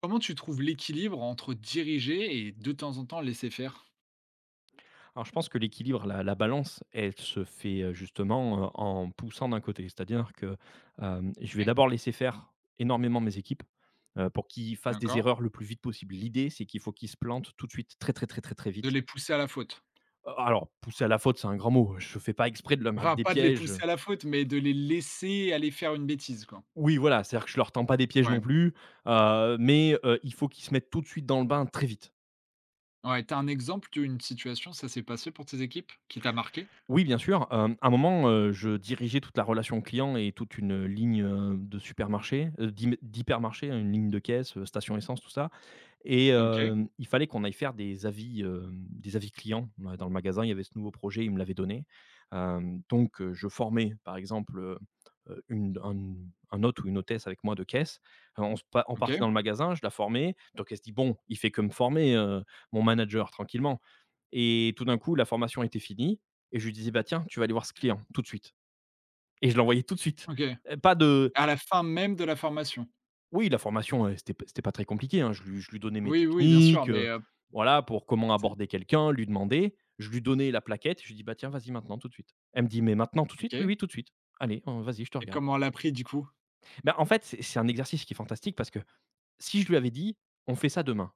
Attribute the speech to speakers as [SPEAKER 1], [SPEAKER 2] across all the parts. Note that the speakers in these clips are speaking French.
[SPEAKER 1] Comment tu trouves l'équilibre entre diriger et de temps en temps laisser faire?
[SPEAKER 2] Alors je pense que l'équilibre, la balance, elle se fait, justement, en poussant d'un côté. C'est-à-dire que, je vais
[SPEAKER 1] Ouais.
[SPEAKER 2] d'abord laisser faire énormément mes équipes, pour qu'ils fassent des
[SPEAKER 1] D'accord.
[SPEAKER 2] erreurs le plus vite possible. L'idée, c'est qu'il faut qu'ils se plantent tout de suite, très, très, très, très, très
[SPEAKER 1] De
[SPEAKER 2] vite.
[SPEAKER 1] les pousser à la faute.
[SPEAKER 2] Alors pousser à la faute, c'est un grand mot. Je fais pas exprès de leur mettre
[SPEAKER 1] Enfin,
[SPEAKER 2] des
[SPEAKER 1] pas de les
[SPEAKER 2] pièges,
[SPEAKER 1] pousser à la faute, mais de les laisser aller faire une bêtise, quoi.
[SPEAKER 2] oui, voilà, c'est-à-dire que je leur tends pas des pièges
[SPEAKER 1] Ouais.
[SPEAKER 2] non plus, mais, il faut qu'ils se mettent tout de suite dans le bain, très vite.
[SPEAKER 1] Ouais, t'as un exemple d'une situation, ça s'est passé pour tes équipes, qui t'a marqué?
[SPEAKER 2] Oui, bien sûr. À un moment, je dirigeais toute la relation client et toute une ligne, de supermarché, d'hypermarché, hein, une ligne de caisse, station essence, tout ça. Et
[SPEAKER 1] OK,
[SPEAKER 2] il fallait qu'on aille faire des avis, des avis clients, dans le magasin. Il y avait ce nouveau projet, il me l'avait donné. Donc je formais, par exemple, une un hôte ou une hôtesse avec moi de caisse. On se pa on
[SPEAKER 1] OK,
[SPEAKER 2] partait dans le magasin, je la formais. Donc elle se dit: «Bon, il fait que me former, mon manager, tranquillement», et tout d'un coup, la formation était finie et je lui disais: «Bah, tiens, tu vas aller voir ce client tout de suite», et je l'envoyais tout de suite.
[SPEAKER 1] OK.
[SPEAKER 2] Pas de
[SPEAKER 1] À la fin même de la formation?
[SPEAKER 2] Oui, la formation, c'était pas très compliqué, hein. Je lui donnais mes
[SPEAKER 1] Oui, oui, bien sûr,
[SPEAKER 2] techniques,
[SPEAKER 1] mais,
[SPEAKER 2] voilà, pour comment
[SPEAKER 1] c'est
[SPEAKER 2] aborder quelqu'un, lui demander. Je lui donnais la plaquette, je lui dis: «Bah, tiens, vas-y maintenant, tout de suite». Elle me dit: «Mais maintenant, tout de suite ?» «Oui,
[SPEAKER 1] OK.
[SPEAKER 2] oui, tout de suite. Allez, vas-y, je te
[SPEAKER 1] Et
[SPEAKER 2] regarde».
[SPEAKER 1] comment elle l'a pris, du coup?
[SPEAKER 2] Ben en fait, c'est un exercice qui est fantastique, parce que si je lui avais dit: «On fait ça demain»,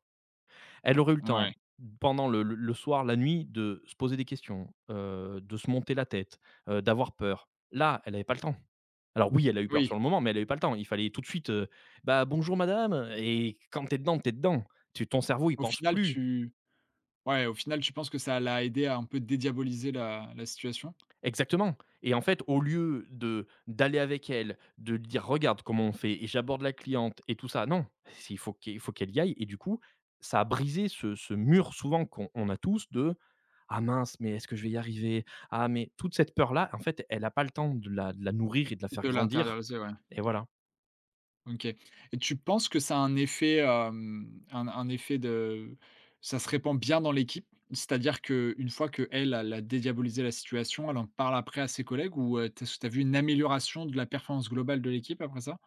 [SPEAKER 2] elle aurait eu le
[SPEAKER 1] Ouais.
[SPEAKER 2] temps, pendant le soir, la nuit, de se poser des questions, de se monter la tête, d'avoir peur. Là, elle n'avait pas le temps. Alors oui, elle a eu peur
[SPEAKER 1] Oui.
[SPEAKER 2] sur le moment, mais elle avait pas le temps. Il fallait tout de suite, bah, «Bonjour madame», et quand t'es dedans, t'es dedans. Tu ton cerveau, il
[SPEAKER 1] Au
[SPEAKER 2] pense
[SPEAKER 1] final,
[SPEAKER 2] plus.
[SPEAKER 1] tu ouais, au final, tu penses que ça l'a aidé à un peu dédiaboliser la situation?
[SPEAKER 2] Exactement. Et en fait, au lieu de d'aller avec elle, de lui dire: «Regarde comment on fait et j'aborde la cliente» et tout ça, non, c'est il faut qu'elle y aille, et du coup, ça a brisé ce mur souvent qu'on a tous de: «Ah mince, mais est-ce que je vais y arriver? Ah mais», toute cette peur-là, en fait, elle a pas le temps de la nourrir et de la faire
[SPEAKER 1] De
[SPEAKER 2] grandir,
[SPEAKER 1] l'intérioriser, ouais.
[SPEAKER 2] et voilà.
[SPEAKER 1] OK. Et tu penses que ça a un effet, un effet de ça se répand bien dans l'équipe? C'est-à-dire que une fois que elle a dédiabolisé la situation, elle en parle après à ses collègues ou tu as vu une amélioration de la performance globale de l'équipe après ça?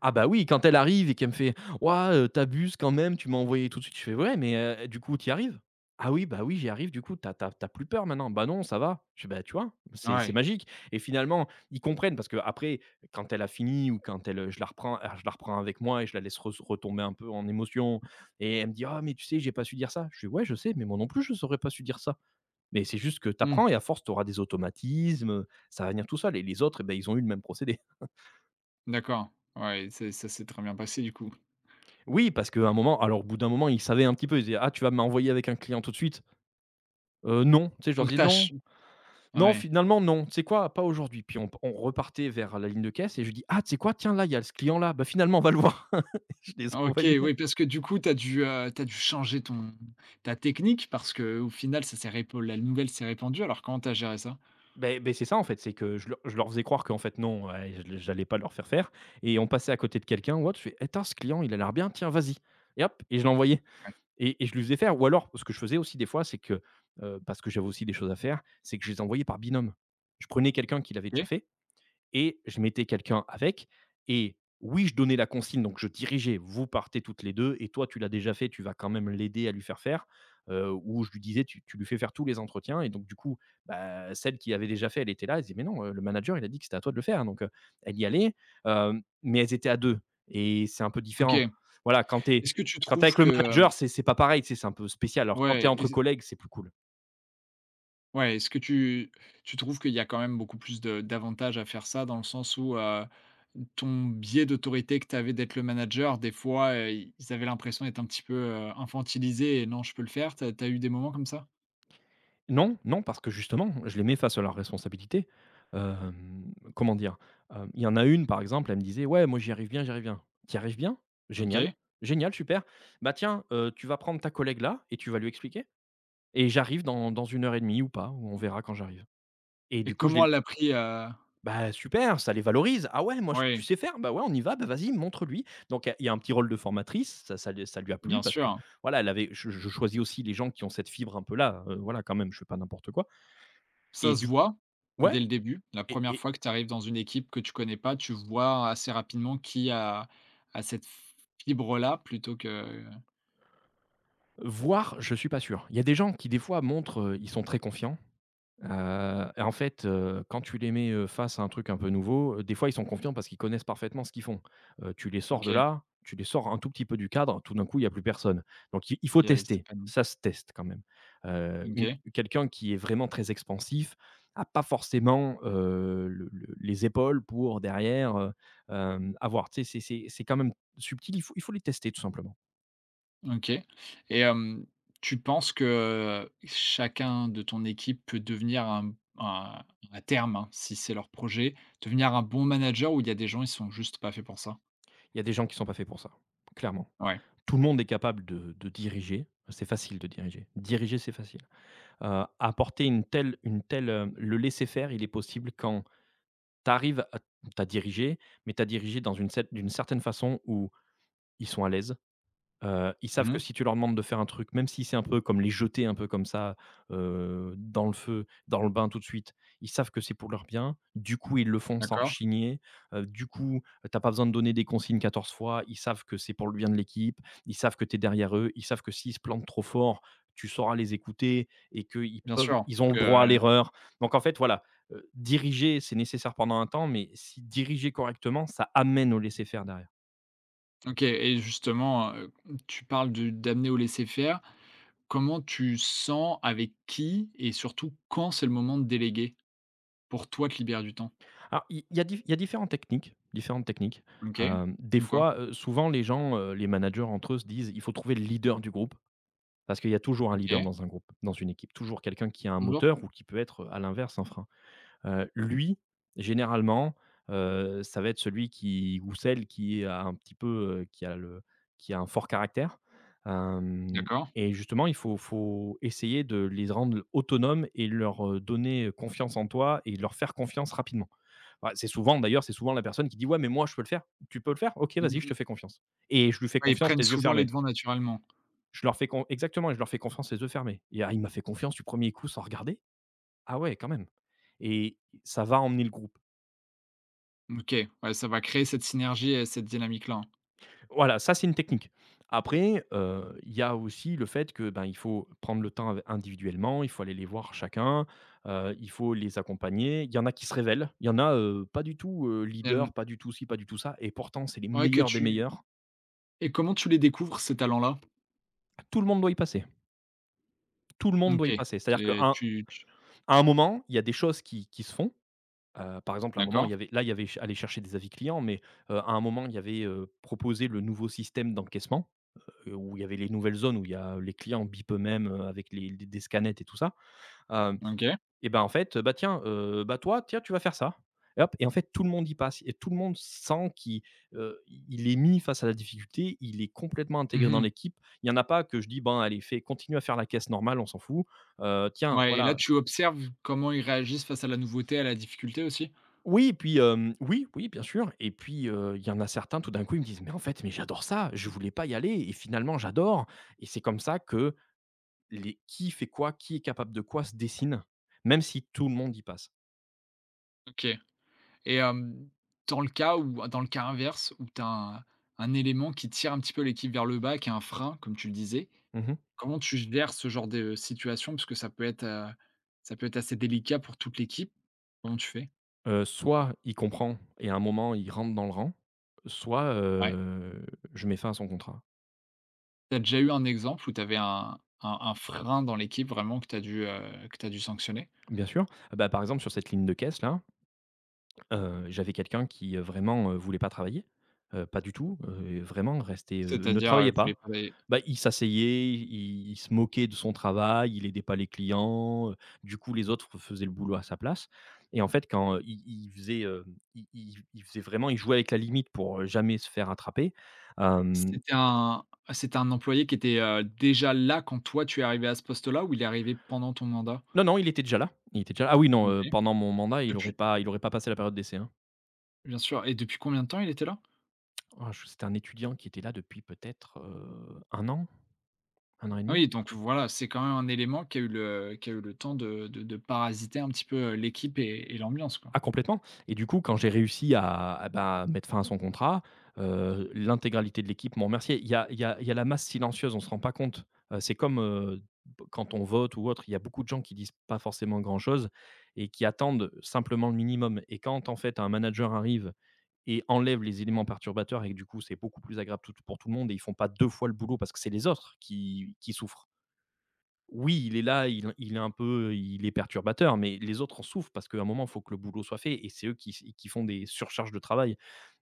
[SPEAKER 2] Ah bah oui, quand elle arrive et qu'elle me fait: «Ouah, tu quand même, tu m'as envoyé tout de suite». Je fais: «Ouais, mais du coup, tu y arrives ?» «Ah oui, bah oui, j'y arrive. Du coup, tu as plus peur maintenant ?» «Bah non, ça va». Je fais: «Bah, tu vois? C'est
[SPEAKER 1] Ouais.
[SPEAKER 2] magique», et finalement, ils comprennent parce qu'après, quand elle a fini, ou quand elle, je la reprends, je la reprends avec moi et je la laisse res retomber un peu en émotion, et elle me dit: «Ah mais tu sais, j'ai pas su dire ça». Je fais: «Ouais, je sais, mais moi non plus, je saurais pas su dire ça. Mais c'est juste que tu
[SPEAKER 1] Mmh,
[SPEAKER 2] apprends, et à force, tu auras des automatismes, ça va venir tout seul», et les autres, eh beh, ils ont eu le même procédé.
[SPEAKER 1] d'accord. Ouais, c'est ça s'est très bien passé du coup.
[SPEAKER 2] Oui, parce qu'à un moment, alors au bout d'un moment, ils savaient un petit peu, ils disaient: «Ah, tu vas m'envoyer avec un client tout de suite ?» Non», tu sais? Je leur
[SPEAKER 1] Donc
[SPEAKER 2] disais: «Non,
[SPEAKER 1] tâche.
[SPEAKER 2] non,
[SPEAKER 1] Ouais.
[SPEAKER 2] finalement non, tu sais quoi? Pas aujourd'hui». Puis on repartait vers la ligne de caisse et je dis: «Ah, tu sais quoi? Tiens, là, il y a ce client-là, bah, finalement, on va le voir». Je les
[SPEAKER 1] OK,
[SPEAKER 2] envoyais.
[SPEAKER 1] oui, parce que du coup, tu dû changer ton ta technique parce que au final, ça s'est répan la nouvelle s'est répandue. Alors comment tu as géré ça?
[SPEAKER 2] Ben c'est ça, en fait, c'est que je leur faisais croire qu'en fait, non, ouais, je j'allais pas leur faire faire, et on passait à côté de quelqu'un ou autre, je fais: «Attends, ce client, il a l'air bien, tiens, vas-y», et hop, et je l'envoyais.
[SPEAKER 1] Ouais.
[SPEAKER 2] Et je lui faisais faire. Ou alors, ce que je faisais aussi des fois, c'est que, parce que j'avais aussi des choses à faire, c'est que je les envoyais par binôme. Je prenais quelqu'un qui l'avait déjà
[SPEAKER 1] OK.
[SPEAKER 2] fait, et je mettais quelqu'un avec. Et oui, je donnais la consigne, donc je dirigeais: «Vous partez toutes les deux, et toi, tu l'as déjà fait, tu vas quand même l'aider à lui faire faire. Où je lui disais, tu lui fais faire tous les entretiens». Et donc, du coup, bah, celle qui avait déjà fait, elle était là. Elle disait: «Mais non, le manager, il a dit que c'était à toi de le faire». Donc, elle y allait, mais elles étaient à deux. Et c'est un peu
[SPEAKER 1] OK.
[SPEAKER 2] différent.
[SPEAKER 1] Est-ce
[SPEAKER 2] Voilà, quand tu es,
[SPEAKER 1] que tu
[SPEAKER 2] quand t'es
[SPEAKER 1] trouves
[SPEAKER 2] avec le
[SPEAKER 1] que,
[SPEAKER 2] manager, c'est pas pareil, tu sais, c'est un peu spécial. Alors, quand tu es
[SPEAKER 1] ouais,
[SPEAKER 2] entre
[SPEAKER 1] est
[SPEAKER 2] collègues, c'est plus cool.
[SPEAKER 1] ouais, est-ce que tu trouves qu'il y a quand même beaucoup plus de d'avantages à faire ça dans le sens où, ton biais d'autorité que tu avais d'être le manager, des fois, ils avaient l'impression d'être un petit peu, infantilisés et non, je peux le faire. T'as as eu des moments comme ça?
[SPEAKER 2] Non, non, parce que justement, je les mets face à leurs responsabilités. Comment dire? Il y en a une, par exemple, elle me disait: «Ouais, moi, j'y arrive bien, j'y arrive bien». «Tu y arrives bien? Génial,
[SPEAKER 1] OK.
[SPEAKER 2] génial, super. Bah, tiens, tu vas prendre ta collègue là et tu vas lui expliquer, et j'arrive dans 1 heure et demie, ou pas, ou on verra quand j'arrive», et
[SPEAKER 1] Et
[SPEAKER 2] du coup, je
[SPEAKER 1] comment
[SPEAKER 2] l'ai.
[SPEAKER 1] elle l'a pris?
[SPEAKER 2] Bah, super, ça les valorise. «Ah ouais, moi, j
[SPEAKER 1] Ouais,
[SPEAKER 2] tu sais faire? Bah, ouais, on y va, bah, vas-y, montre-lui». Donc il y a un petit rôle de formatrice, ça lui a plu,
[SPEAKER 1] bien
[SPEAKER 2] parce que,
[SPEAKER 1] sûr.
[SPEAKER 2] voilà, elle avait je choisis aussi les gens qui ont cette fibre un peu là, voilà, quand même, je fais pas n'importe quoi. Et
[SPEAKER 1] Ça se
[SPEAKER 2] du
[SPEAKER 1] voit
[SPEAKER 2] Ouais.
[SPEAKER 1] dès le début. La
[SPEAKER 2] et
[SPEAKER 1] première
[SPEAKER 2] et
[SPEAKER 1] fois que tu arrives dans une équipe que tu connais pas, tu vois assez rapidement qui a cette fibre là plutôt que.
[SPEAKER 2] voir, je suis pas sûr. Il y a des gens qui, des fois, montrent, ils sont très confiants. Et en fait, quand tu les mets, face à un truc un peu nouveau, des fois, ils sont confiants parce qu'ils connaissent parfaitement ce qu'ils font. Tu les sors de
[SPEAKER 1] OK.
[SPEAKER 2] là, tu les sors un tout petit peu du cadre, tout d'un coup, il y a plus personne. Donc il faut
[SPEAKER 1] Il y a cette
[SPEAKER 2] tester,
[SPEAKER 1] panoplie.
[SPEAKER 2] ça se teste quand même. Une
[SPEAKER 1] OK,
[SPEAKER 2] Quelqu'un qui est vraiment très expansif a pas forcément, le les épaules pour derrière, avoir, tu sais, c'est quand même subtil, il faut les tester tout simplement.
[SPEAKER 1] OK. Et tu penses que chacun de ton équipe peut devenir un à terme, hein, si c'est leur projet, devenir un bon manager ou il y a des gens, ils sont juste pas faits pour ça?
[SPEAKER 2] Il y a des gens qui ne sont pas faits pour ça, clairement.
[SPEAKER 1] Ouais.
[SPEAKER 2] Tout le monde est capable de diriger, c'est facile de diriger. Diriger, c'est facile. Apporter le laisser faire, il est possible quand tu arrives à tu dirigé, mais tu as dirigé dans une cer d'une certaine façon où ils sont à l'aise. Ils savent que
[SPEAKER 1] Mmh.
[SPEAKER 2] si tu leur demandes de faire un truc, même si c'est un peu comme les jeter un peu comme ça, dans le feu, dans le bain tout de suite, ils savent que c'est pour leur bien. Du coup, ils le font sans
[SPEAKER 1] D'accord,
[SPEAKER 2] rechigner. Du coup, t'as pas besoin de donner des consignes 14 fois. Ils savent que c'est pour le bien de l'équipe. Ils savent que tu es derrière eux. Ils savent que s'ils se plantent trop fort, tu sauras les écouter, et qu'ils
[SPEAKER 1] bien
[SPEAKER 2] peuvent
[SPEAKER 1] sûr
[SPEAKER 2] ils ont le droit à
[SPEAKER 1] que.
[SPEAKER 2] l'erreur. Donc en fait, voilà, diriger, c'est nécessaire pendant un temps, mais si diriger correctement, ça amène au laisser faire derrière.
[SPEAKER 1] OK. Et justement, tu parles de d'amener au laisser-faire. Comment tu sens avec qui et surtout quand c'est le moment de déléguer? Pour toi, te libérer du temps?
[SPEAKER 2] Alors, il y a di il y a différentes techniques différentes techniques.
[SPEAKER 1] OK,
[SPEAKER 2] Des
[SPEAKER 1] comme quoi?
[SPEAKER 2] fois, souvent les gens, les managers entre eux se disent: «Il faut trouver le leader du groupe», parce qu'il y a toujours un leader
[SPEAKER 1] OK,
[SPEAKER 2] dans un groupe, dans une équipe, toujours quelqu'un qui a un
[SPEAKER 1] toujours?
[SPEAKER 2] moteur ou qui peut être, à l'inverse, un frein. Heu, lui, Généralement, ça va être celui qui ou celle qui a un petit peu, heu, qui a le qui a un fort caractère. Hem
[SPEAKER 1] D'accord.
[SPEAKER 2] Et justement, il faut essayer de les rendre autonomes et leur, donner confiance en toi, et leur faire confiance rapidement. Ouais, c'est souvent, d'ailleurs, c'est souvent la personne qui dit: «Ouais, mais moi, je peux le faire». «Tu peux le faire? OK, vas-y, je
[SPEAKER 1] Mmh.
[SPEAKER 2] te fais confiance», et je lui fais
[SPEAKER 1] Ouais, ils
[SPEAKER 2] confiance
[SPEAKER 1] prennent
[SPEAKER 2] les yeux
[SPEAKER 1] souvent les
[SPEAKER 2] fermés.
[SPEAKER 1] devants naturellement.
[SPEAKER 2] Je leur fais con exactement, et je leur fais confiance les yeux fermés. Et ah, il m'a fait confiance du premier coup sans regarder? Ah ouais, quand même, et ça va emmener le groupe.
[SPEAKER 1] OK, ouais, ça va créer cette synergie et cette dynamique-là.
[SPEAKER 2] Voilà, ça, c'est une technique. Après, il y a aussi le fait que, ben, il faut prendre le temps av individuellement, il faut aller les voir chacun, il faut les accompagner. Il y en a qui se révèlent, il y en a, pas du tout,
[SPEAKER 1] Hem,
[SPEAKER 2] leader, pas du tout ci, pas du tout ça, et pourtant, c'est les
[SPEAKER 1] ouais, que
[SPEAKER 2] meilleurs des
[SPEAKER 1] tu
[SPEAKER 2] meilleurs.
[SPEAKER 1] et comment tu les découvres ces talents-là?
[SPEAKER 2] Tout le monde doit y passer. Tout le monde doit
[SPEAKER 1] OK.
[SPEAKER 2] y passer. C'est-à-dire qu'à
[SPEAKER 1] et
[SPEAKER 2] un
[SPEAKER 1] tu tu
[SPEAKER 2] à un moment, il y a des choses qui se font. Par exemple, à un moment, il
[SPEAKER 1] d'accord,
[SPEAKER 2] y avait là, il y avait ch aller chercher des avis clients, mais à un moment, il y avait, proposé le nouveau système d'encaissement, où il y avait les nouvelles zones où il y a les clients bipent eux-mêmes, avec les des scanettes et tout ça. Hem
[SPEAKER 1] OK.
[SPEAKER 2] et ben, en fait, bah, tiens, bah, toi, tiens, tu vas faire ça et hop. Et en fait, tout le monde y passe et tout le monde sent qu'il, heu, il est mis face à la difficulté, il est complètement
[SPEAKER 1] Mmh
[SPEAKER 2] intégré dans
[SPEAKER 1] mh.
[SPEAKER 2] l'équipe. Il y en a pas que je dis: «ben allez, fais continue à faire la caisse normale, on s'en fout». Tiens,
[SPEAKER 1] Ouais, et là,
[SPEAKER 2] voilà.
[SPEAKER 1] tu observes comment ils réagissent face à la nouveauté, à la difficulté aussi?
[SPEAKER 2] Oui, puis, oui, oui, bien sûr, et puis, il y en a certains, tout d'un coup, ils me disent: «Mais en fait, mais j'adore ça, je voulais pas y aller et finalement j'adore», et c'est comme ça que les qui fait quoi, qui est capable de quoi se dessine, même si tout le monde y passe.
[SPEAKER 1] OK. Et dans le cas inverse où tu as un élément qui tire un petit peu l'équipe vers le bas, qui est un frein, comme tu le disais,
[SPEAKER 2] Mmh mh.
[SPEAKER 1] comment tu gères ce genre de situation? Parce que ça peut être assez délicat pour toute l'équipe. Comment tu fais?
[SPEAKER 2] Soit il comprend et à un moment il rentre dans le rang, soit,
[SPEAKER 1] Ouais.
[SPEAKER 2] je mets fin à son contrat.
[SPEAKER 1] Tu as déjà eu un exemple où tu avais un frein dans l'équipe vraiment que tu dû sanctionner?
[SPEAKER 2] Bien sûr. Bah, par exemple sur cette ligne de caisse là, j'avais quelqu'un qui, vraiment, voulait pas travailler, pas du tout, vraiment restait, ne
[SPEAKER 1] C'est-à-dire,
[SPEAKER 2] travaillait
[SPEAKER 1] voulait
[SPEAKER 2] pas.
[SPEAKER 1] pas d'aller
[SPEAKER 2] Bah, il s'asseyait, il se moquait de son travail, il aidait pas les clients, du coup les autres faisaient le boulot à sa place. Et en fait quand, il faisait vraiment, il jouait avec la limite pour, jamais se faire attraper, hem,
[SPEAKER 1] c'était un c'était un employé qui était, déjà là quand toi tu es arrivé à ce poste-là ou il est arrivé pendant ton mandat?
[SPEAKER 2] non, non, il était déjà là, il était déjà là. Ah oui, non,
[SPEAKER 1] OK.
[SPEAKER 2] pendant mon mandat, il aurait
[SPEAKER 1] Depuis
[SPEAKER 2] pas il aurait pas passé la période d'essai, hein.
[SPEAKER 1] bien sûr, et depuis combien de temps il était là?
[SPEAKER 2] Oh, je c'était un étudiant qui était là depuis peut-être, 1 an, un an et
[SPEAKER 1] Ah
[SPEAKER 2] demi.
[SPEAKER 1] oui, donc voilà, c'est quand même un élément qui a eu le temps de parasiter un petit peu, l'équipe et l'ambiance, quoi.
[SPEAKER 2] Ah complètement, et du coup, quand j'ai réussi à bah, mettre fin à son contrat, l'intégralité de l'équipe m'ont remercié. Il y a il y a il y a la masse silencieuse, on ne se rend pas compte. C'est comme, b quand on vote ou autre, il y a beaucoup de gens qui disent pas forcément grand-chose et qui attendent simplement le minimum, et quand, en fait, un manager arrive et enlève les éléments perturbateurs et que du coup, c'est beaucoup plus agréable tout pour tout le monde, et ils font pas 2 fois le boulot parce que c'est les autres qui souffrent. Oui, il est là, il est un peu, il est perturbateur, mais les autres en souffrent parce qu'à un moment, il faut que le boulot soit fait et c'est eux qui font des surcharges de travail.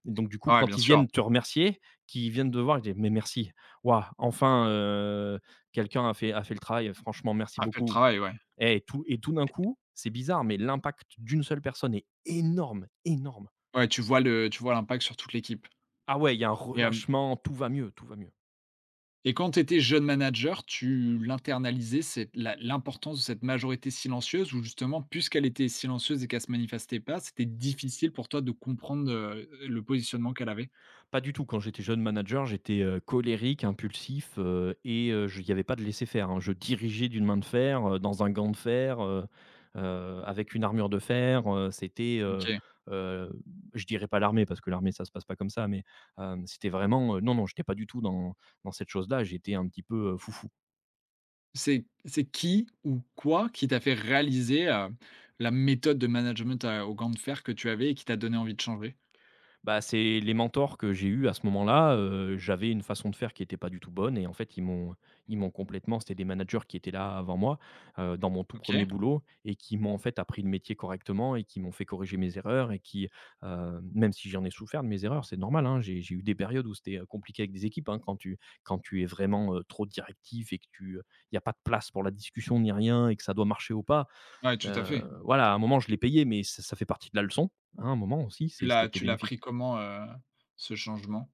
[SPEAKER 2] Et donc du coup,
[SPEAKER 1] Ouais,
[SPEAKER 2] quand
[SPEAKER 1] bien
[SPEAKER 2] ils
[SPEAKER 1] sûr,
[SPEAKER 2] viennent te remercier, qu'ils viennent te voir, ils disent: «Mais merci, waouh, enfin, quelqu'un a fait le travail, franchement merci
[SPEAKER 1] après le
[SPEAKER 2] beaucoup».
[SPEAKER 1] travail, ouais.
[SPEAKER 2] Et tout d'un coup, c'est bizarre, mais l'impact d'une seule personne est énorme, énorme.
[SPEAKER 1] Ouais, tu vois l'impact sur toute l'équipe.
[SPEAKER 2] Ah ouais, il y a un
[SPEAKER 1] et hem
[SPEAKER 2] relâchement, tout va mieux, tout va mieux.
[SPEAKER 1] et quand tu étais jeune manager, tu l'internalisais, cette la l'importance de cette majorité silencieuse ou justement puisqu'elle était silencieuse et qu'elle se manifestait pas, c'était difficile pour toi de comprendre, le positionnement qu'elle avait?
[SPEAKER 2] Pas du tout. Quand j'étais jeune manager, j'étais, colérique, impulsif, et je il n'y avait pas de laisser-faire, hein. Je dirigeais d'une main de fer, dans un gant de fer, avec une armure de fer, c'était,
[SPEAKER 1] OK.
[SPEAKER 2] heu, je dirais pas l'armée parce que l'armée ça se passe pas comme ça, mais, c'était vraiment, non, non, j'étais pas du tout dans cette chose-là, j'étais un petit peu, foufou.
[SPEAKER 1] C'est qui ou quoi qui t'a fait réaliser, la méthode de management à aux gants de fer que tu avais et qui t'a donné envie de changer?
[SPEAKER 2] Bah, c'est les mentors que j'ai eus à ce moment-là, j'avais une façon de faire qui était pas du tout bonne, et en fait, ils m'ont complètement c'était des managers qui étaient là avant moi, dans mon tout premier
[SPEAKER 1] OK.
[SPEAKER 2] boulot, et qui m'ont, en fait, appris le métier correctement et qui m'ont fait corriger mes erreurs et qui, même si j'en ai souffert de mes erreurs, c'est normal, hein. J'ai eu des périodes où c'était, compliqué avec des équipes, hein, quand tu es vraiment, trop directif et que tu, il y a pas de place pour la discussion ni rien et que ça doit marcher ou pas,
[SPEAKER 1] Ouais, tout à
[SPEAKER 2] heu,
[SPEAKER 1] fait.
[SPEAKER 2] voilà, à un moment, je l'ai payé, mais ça fait partie de la leçon, hein, à un moment aussi, c'est c'était
[SPEAKER 1] Tu l'as
[SPEAKER 2] bénéfique.
[SPEAKER 1] pris comment, ce changement?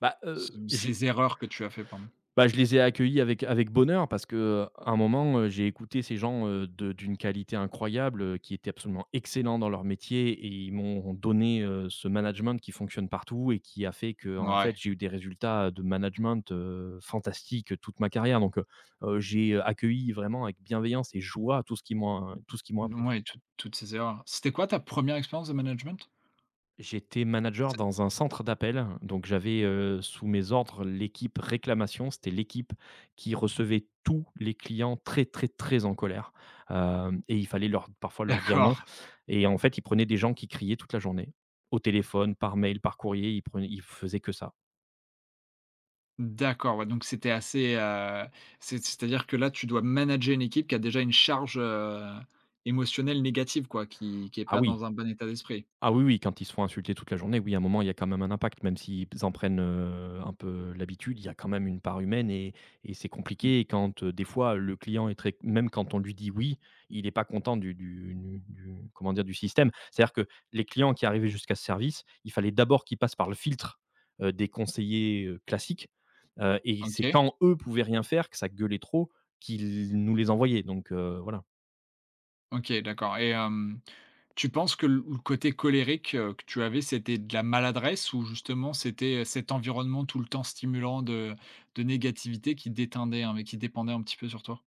[SPEAKER 2] Bah,
[SPEAKER 1] C Ces erreurs que tu as fait, pardon.
[SPEAKER 2] je les ai accueillis avec bonheur parce qu'à un moment, j'ai écouté ces gens, de d'une qualité incroyable, qui étaient absolument excellents dans leur métier, et ils m'ont donné, ce management qui fonctionne partout et qui a fait que en
[SPEAKER 1] Ouais,
[SPEAKER 2] fait, j'ai eu des résultats de management, fantastiques toute ma carrière, donc j'ai accueilli vraiment avec bienveillance et joie tout ce qu'ils m'ont appris.
[SPEAKER 1] ouais, toutes ces erreurs. C'était quoi ta première expérience de management?
[SPEAKER 2] J'étais manager
[SPEAKER 1] C'est
[SPEAKER 2] dans un centre d'appel, donc j'avais, sous mes ordres l'équipe réclamation. C'était l'équipe qui recevait tous les clients très, très, très en colère, hem et il fallait leur parfois leur dire
[SPEAKER 1] d'accord,
[SPEAKER 2] non, et en fait, ils prenaient des gens qui criaient toute la journée. Au téléphone, par mail, par courrier, ils faisaient que ça.
[SPEAKER 1] d'accord, ouais, donc c'était assez, c'est-à-dire que là, tu dois manager une équipe qui a déjà une charge, émotionnelle négative, quoi, qui est
[SPEAKER 2] Ah
[SPEAKER 1] pas dans
[SPEAKER 2] oui!
[SPEAKER 1] un bon état d'esprit.
[SPEAKER 2] Ah oui, oui, quand ils se font insulter toute la journée, oui, à un moment, il y a quand même un impact, même s'ils en prennent, un peu l'habitude, il y a quand même une part humaine, et c'est
[SPEAKER 1] Mmh.
[SPEAKER 2] compliqué, et quand, des fois, le client est très, même quand on lui dit «oui», il n'est pas content du comment dire? Du système. C'est-à-dire que les clients qui arrivaient jusqu'à ce service, il fallait d'abord qu'ils passent par le filtre, des conseillers, classiques, et c'est
[SPEAKER 1] OK,
[SPEAKER 2] quand eux pouvaient rien faire, que ça gueulait trop, qu'ils nous les envoyaient, donc voilà.
[SPEAKER 1] OK, d'accord. Et tu penses que le côté colérique, que tu avais, c'était de la maladresse ou justement c'était, cet environnement tout le temps stimulant de négativité qui déteindait hein, mais qui dépendait un petit peu sur toi?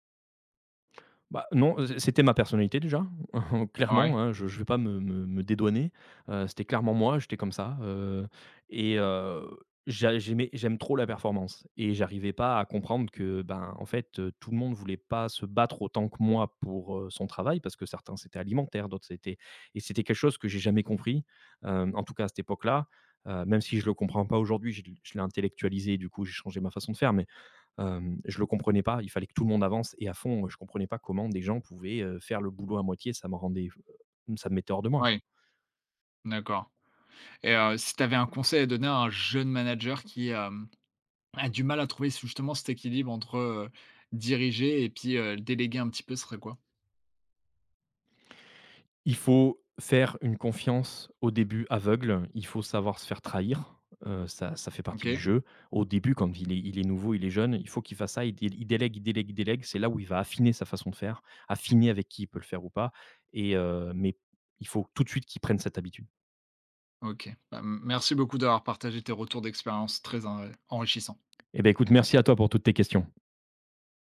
[SPEAKER 2] Bah, non, c'était ma personnalité déjà,
[SPEAKER 1] Ouais,
[SPEAKER 2] clairement, hein, je vais pas me dédouaner, c'était clairement moi, j'étais comme ça, et j'aime trop la performance, et j'arrivais pas à comprendre que, ben, en fait, tout le monde voulait pas se battre autant que moi pour, son travail parce que certains c'était alimentaire, d'autres c'était, et c'était quelque chose que j'ai jamais compris, en tout cas à cette époque-là, même si je le comprends pas aujourd'hui, je l'ai intellectualisé, du coup j'ai changé ma façon de faire, mais je le comprenais pas, il fallait que tout le monde avance et à fond, je comprenais pas comment des gens pouvaient, faire le boulot à moitié, ça me mettait hors de moi,
[SPEAKER 1] ouais,
[SPEAKER 2] quoi.
[SPEAKER 1] d'accord. Et si tu avais un conseil à donner à un jeune manager qui, a du mal à trouver justement cet équilibre entre, diriger et puis, déléguer un petit peu, ce serait quoi?
[SPEAKER 2] Il faut faire une confiance au début aveugle, il faut savoir se faire trahir, ça fait partie du
[SPEAKER 1] OK,
[SPEAKER 2] jeu. Au début, quand il est nouveau, il est jeune, il faut qu'il fasse ça, il délègue, il délègue, il délègue, c'est là où il va affiner sa façon de faire, affiner avec qui il peut le faire ou pas, et mais il faut tout de suite qu'il prenne cette habitude.
[SPEAKER 1] OK. Bah, m merci beaucoup d'avoir partagé tes retours d'expérience très en enrichissants.
[SPEAKER 2] Eh beh, écoute, merci à toi pour toutes tes questions.